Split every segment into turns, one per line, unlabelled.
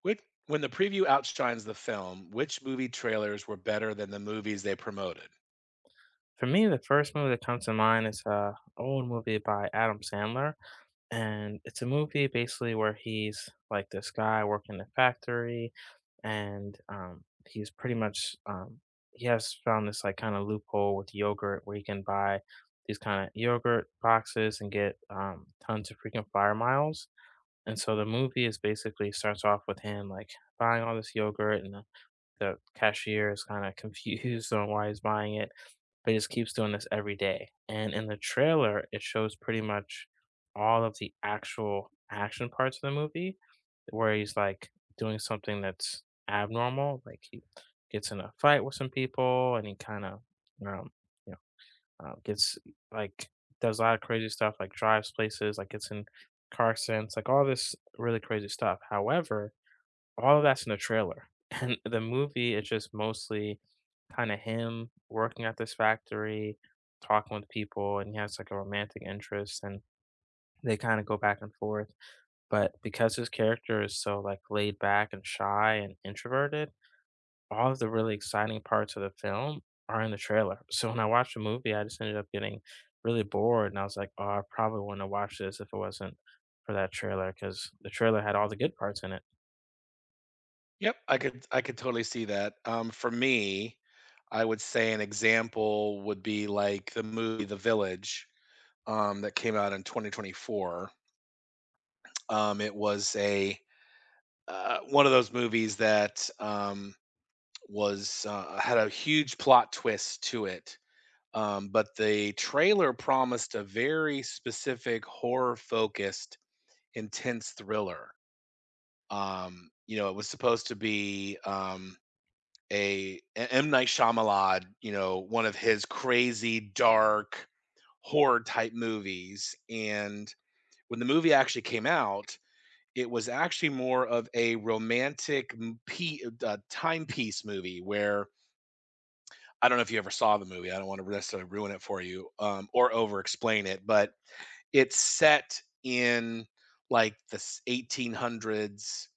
Which when the preview outshines the film, which movie trailers were better than the movies they promoted?
For me, the first movie that comes to mind is a old movie by Adam Sandler, and it's a movie basically where he's like this guy working in a factory, and he's pretty much he has found this like kind of loophole with yogurt where he can buy these kind of yogurt boxes and get tons of freaking fire miles. And so the movie is basically starts off with him like buying all this yogurt, and the cashier is kind of confused on why he's buying it but he just keeps doing this every day. And in the trailer, it shows pretty much all of the actual action parts of the movie where he's like doing something that's abnormal. Like he gets in a fight with some people and he kind of, um, you gets like does a lot of crazy stuff, like drives places, like gets in car sense, like all this really crazy stuff. However, all of that's in the trailer. And the movie is just mostly kind of him working at this factory, talking with people, and he has like a romantic interest and they kind of go back and forth. But because his character is so like laid back and shy and introverted, all of the really exciting parts of the film are in the trailer. So when I watched the movie, I just ended up getting really bored and I was like, oh, I probably wouldn't have watched this if it wasn't for that trailer because the trailer had all the good parts in it.
Yep, I could totally see that. For me, I would say an example would be like the movie The Village, that came out in 2024. It was a One of those movies that was had a huge plot twist to it. But the trailer promised a very specific horror focused intense thriller. It was supposed to be a M. Night Shyamalan, you know, one of his crazy, dark, horror type movies. And when the movie actually came out, it was actually more of a romantic timepiece movie where I don't know if you ever saw the movie. I don't want to necessarily ruin it for you or over explain it, but it's set in like the 1800s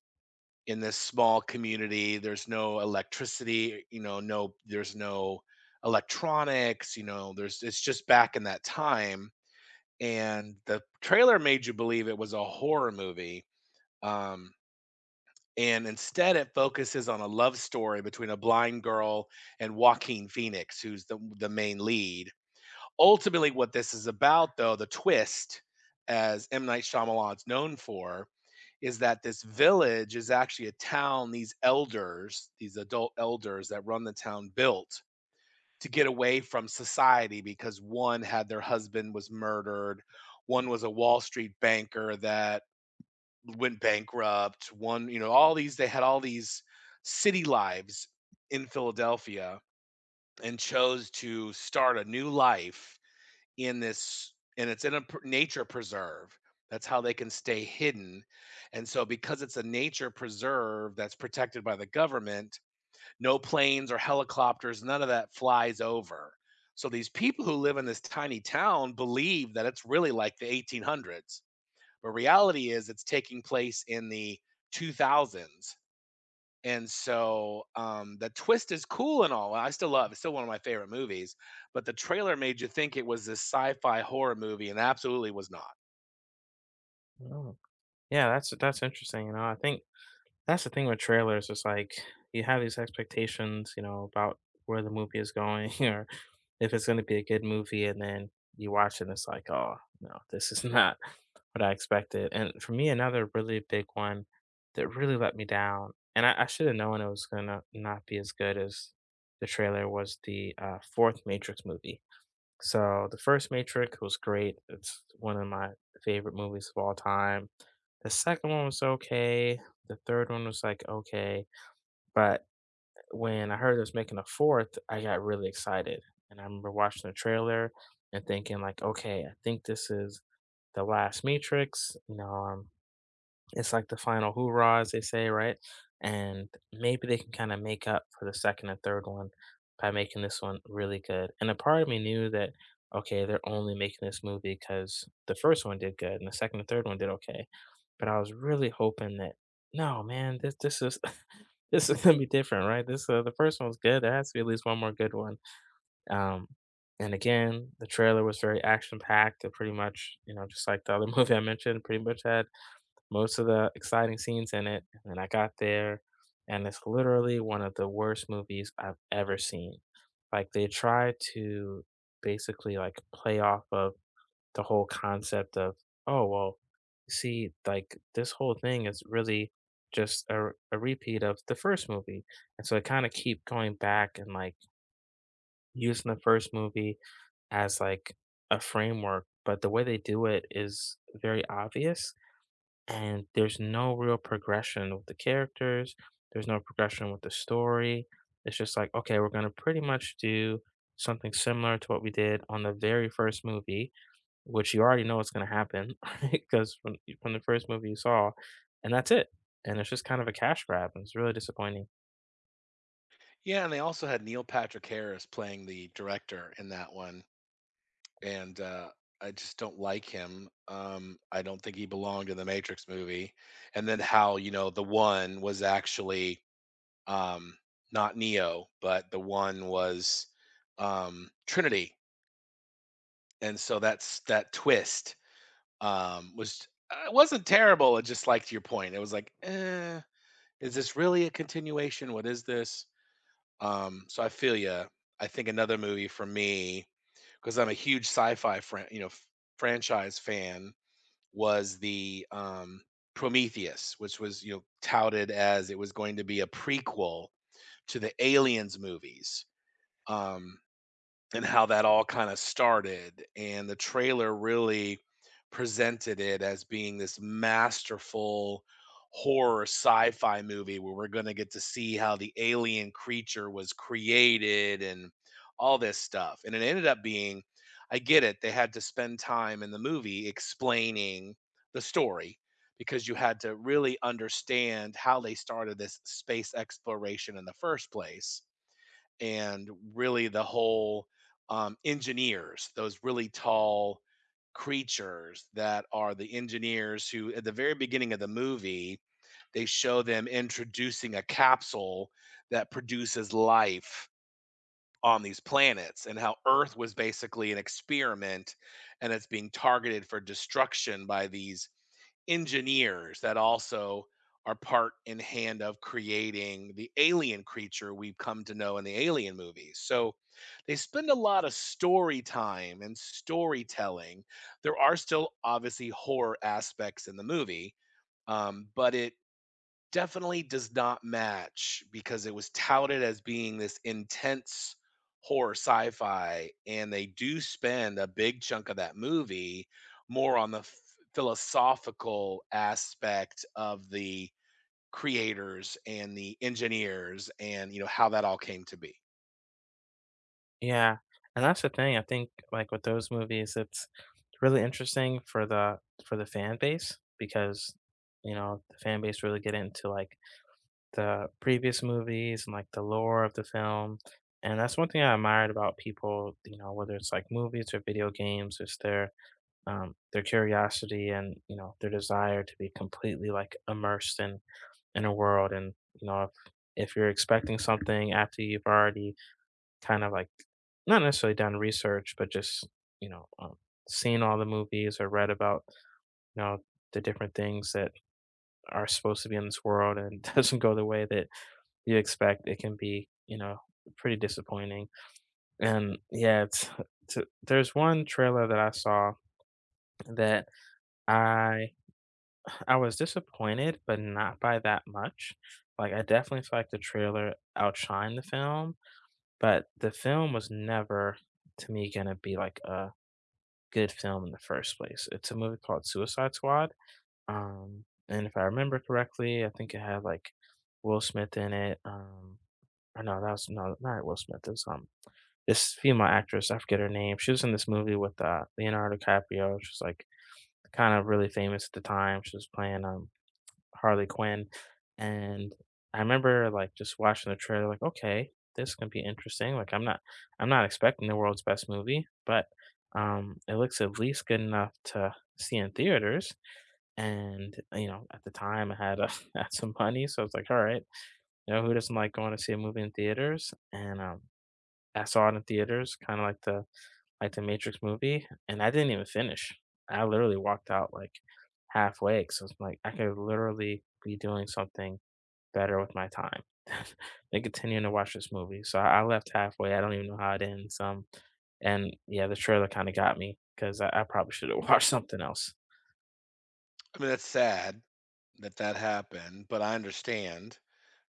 in this small community. There's no electricity, you know, no, there's no electronics, you know, it's just back in that time. And the trailer made you believe it was a horror movie. Um, and instead, it focuses on a love story between a blind girl and Joaquin Phoenix, who's the main lead. Ultimately, what this is about, though, the twist, as M. Night Shyamalan's known for, is that this village is actually a town these elders, these adult elders that run the town, built to get away from society because one had their husband was murdered, one was a Wall Street banker that went bankrupt, one, you know, all these they had all these city lives in Philadelphia and chose to start a new life in this, and it's in a nature preserve. That's how they can stay hidden, and so because it's a nature preserve that's protected by the government, no planes or helicopters, none of that flies over. So these people who live in this tiny town believe that it's really like the 1800s, but reality is it's taking place in the 2000s. And so um, the twist is cool and all. I still love it's still one of my favorite movies, but the trailer made you think it was this sci-fi horror movie and absolutely was not.
I Yeah, that's interesting, you know, I think that's the thing with trailers, it's like, you have these expectations, you know, about where the movie is going or if it's gonna be a good movie, and then you watch it and it's like, "Oh, no, this is not what I expected," and for me, another really big one that really let me down, and I should've known it was gonna not be as good as the trailer was the, 4th Matrix movie. So, the 1st Matrix was great, it's one of my favorite movies of all time. The second one was okay. The third one was like okay, but when I heard it was making a fourth, I got really excited, and I remember watching the trailer and thinking like, okay, I think this is the last Matrix. You know, it's like the final hoorah, as they say, right? And maybe they can kind of make up for the second and third one by making this one really good. And a part of me knew that okay, they're only making this movie because the first one did good and the second and third one did okay but I was really hoping that, "No, man, this is this is gonna be different, right? This, the first one was good, there has to be at least one more good one." Um, and again, the trailer was very action-packed and pretty much, you know, just like the other movie I mentioned, pretty much had most of the exciting scenes in it, and I got there, and it's literally one of the worst movies I've ever seen. Like, they tried to basically, like, play off of the whole concept of, oh, well, see, like this whole thing is really just a repeat of the first movie. And so I kind of keep going back and like using the first movie as like a framework. But the way they do it is very obvious. And there's no real progression with the characters, there's no progression with the story. It's just like, okay, we're going to pretty much do something similar to what we did on the very first movie which you already know what's gonna happen, because from from the first movie you saw, and that's it. And it's just kind of a cash grab, and it's really disappointing.
Yeah, and they also had Neil Patrick Harris playing the director in that one, and I just don't like him. I don't think he belonged in the Matrix movie. And then how you know the one was actually um, not Neo, but the one was Trinity, and so that's that twist. Was It wasn't terrible, it just like to your point, it was like, "Eh, is this really a continuation? What is this?" So I feel ya. I think another movie for me, because 'cause I'm a huge sci-fi fran you know, f franchise fan, was Prometheus, which was, you know, touted as it was going to be a prequel to the Aliens movies. Um and how that all kind of started. And the trailer really presented it as being this masterful horror sci-fi movie where we're going to get to see how the alien creature was created and all this stuff. And it ended up being I get it. They had to spend time in the movie explaining the story because you had to really understand how they started this space exploration in the first place, and really the whole engineers, those really tall creatures that are the engineers who, at the very beginning of the movie, they show them introducing a capsule that produces life on these planets, and how Earth was basically an experiment and it's being targeted for destruction by these engineers that also are part in hand of creating the alien creature we've come to know in the alien movies. So they spend a lot of story time and storytelling. There are still obviously horror aspects in the movie, but it definitely does not match because it was touted as being this intense horror sci-fi, and they do spend a big chunk of that movie more on the philosophical aspect of the creators and the engineers and you know how that all came to be.
Yeah, and that's the thing, I think, like, with those movies, it's really interesting for the fan base because, you know, the fan base really get into, like, the previous movies and, like, the lore of the film, and that's one thing I admired about people, you know, whether it's, like, movies or video games, it's their curiosity and you know their desire to be completely like immersed in a world and you know if you're expecting something after you've already kind of like not necessarily done research but just you know seen all the movies or read about you know the different things that are supposed to be in this world and doesn't go the way that you expect it can be you know pretty disappointing and yeah it's there's one trailer that I saw that i I was disappointed, but not by that much. Like, I definitely feel like the trailer outshined the film, but the film was never, to me, gonna be like a good film in the first place. It's a movie called Suicide Squad. And if I remember correctly, I think it had like Will Smith in it. Or no, that was no, not Will Smith. It was this female actress. I forget her name. She was in this movie with Leonardo DiCaprio. She was like kind of really famous at the time. She was playing Harley Quinn, and I remember, like, just watching the trailer like, "Okay, this can be interesting." Like, I'm not expecting the world's best movie, but, it looks at least good enough to see in theaters, and, you know, at the time, I had, had some money, so I was like, "Alright, you know, who doesn't like going to see a movie in theaters?" And, I saw it in theaters, kinda like the Matrix movie, and I didn't even finish. I literally walked out, like, halfway 'cause I was like, I could literally be doing something better with my time than continuing to watch this movie. So I left halfway. I don't even know how it ends. And yeah, the trailer kind of got me because I probably should have watched something else.
I mean that's sad that that happened, but I understand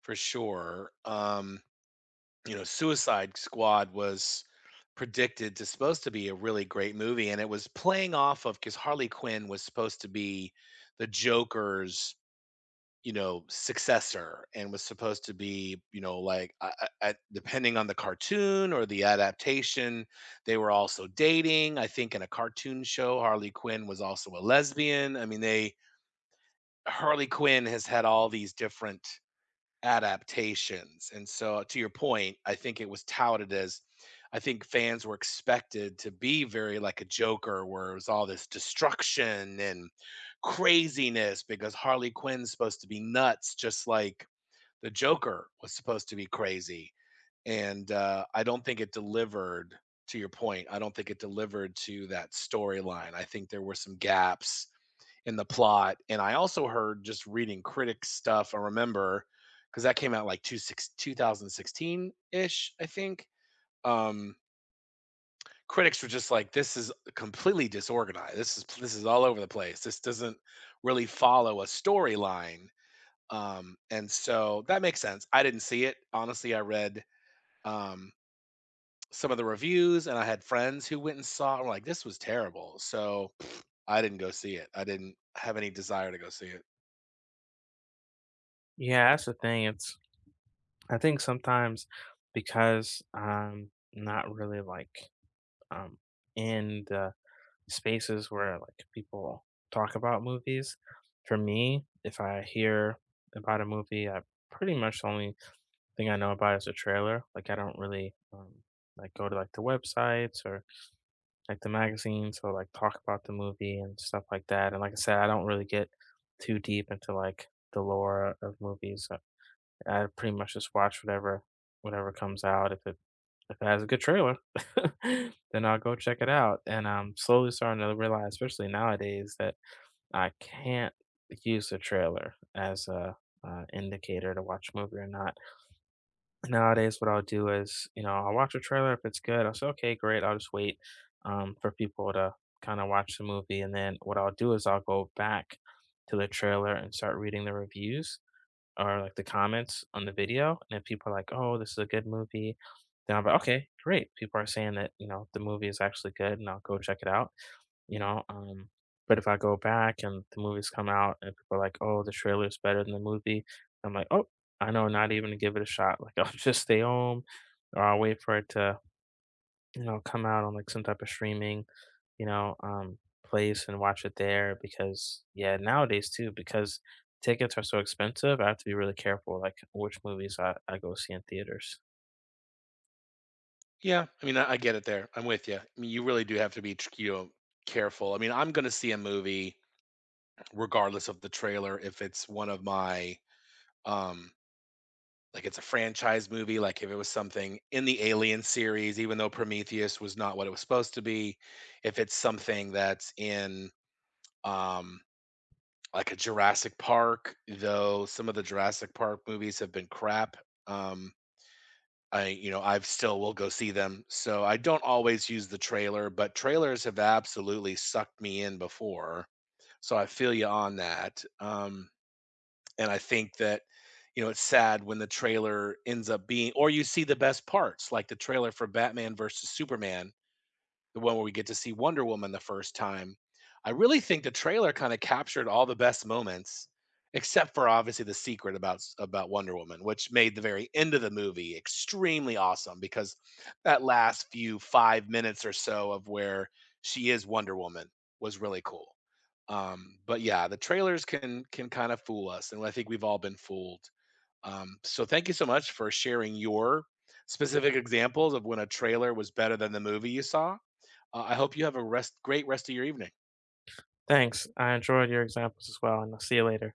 for sure. You know, Suicide Squad was predicted to supposed to be a really great movie, and it was playing off of because Harley Quinn was supposed to be the Joker's, you know, successor and was supposed to be, you know, like, I depending on the cartoon or the adaptation, they were also dating. I think in a cartoon show, Harley Quinn was also a lesbian. I mean, they Harley Quinn has had all these different adaptations. And so, to your point, I think it was touted as I think fans were expected to be very like a Joker, where it was all this destruction and craziness because Harley Quinn's supposed to be nuts, just like the Joker was supposed to be crazy. And I don't think it delivered to your point. I don't think it delivered to that storyline. I think there were some gaps in the plot. And I also heard just reading critic stuff. I remember because that came out like two 2016 ish, I think. Um, Critics were just like, "This is completely disorganized. This is all over the place. This doesn't really follow a storyline." And so that makes sense. I didn't see it honestly. I read um, some of the reviews, and I had friends who went and saw it. And were like, "This was terrible." So I didn't go see it. I didn't have any desire to go see it.
Yeah, that's the thing. It's I think sometimes because I'm not really like um in the spaces where like people talk about movies. For me, if I hear about a movie, I pretty much only thing I know about is a trailer. Like I don't really like go to like the websites or like the magazines or like talk about the movie and stuff like that. And like I said, I don't really get too deep into like the lore of movies. I pretty much just watch whatever comes out. If it has a good trailer, then I'll go check it out. And I'm slowly starting to realize, especially nowadays, that I can't use the trailer as a indicator to watch a movie or not nowadays what I'll do is, you know, I'll watch a trailer if it's good. I'll say, okay, great. I'll just wait for people to kind of watch the movie. And then what I'll do is I'll go back to the trailer and start reading the reviews or like the comments on the video. And if people are like, oh, this is a good movie, then I'll be, okay, great. People are saying that, you know, the movie is actually good and I'll go check it out you know? But if I go back and the movies come out and people are like, "Oh, the trailer is better than the movie," I'm like, "Oh, I know not even to give it a shot." Like I'll just stay home or I'll wait for it to, you know, come out on like some type of streaming, you know, place and watch it there because yeah, nowadays too, because tickets are so expensive, I have to be really careful like which movies I go see in theaters.
Yeah, I mean, I get it there. I'm with you. I mean, you really do have to be, you know, careful. I mean, I'm going to see a movie regardless of the trailer if it's one of my um like it's a franchise movie, like if it was something in the Alien series, even though Prometheus was not what it was supposed to be, if it's something that's in um like a Jurassic Park, though some of the Jurassic Park movies have been crap. Um I, you know, I've still will go see them. So I don't always use the trailer, but trailers have absolutely sucked me in before. So I feel you on that. And I think that, you know, it's sad when the trailer ends up being, or you see the best parts, like the trailer for Batman versus Superman, the one where we get to see Wonder Woman the first time. I really think the trailer kinda captured all the best moments, except for obviously the secret about Wonder Woman, which made the very end of the movie extremely awesome because that last few 5 minutes or so of where she is Wonder Woman was really cool. But yeah, the trailers can kinda fool us, and I think we've all been fooled. So thank you so much for sharing your specific examples of when a trailer was better than the movie you saw. I hope you have a great rest of your evening.
Thanks. I enjoyed your examples as well, and I'll see you later.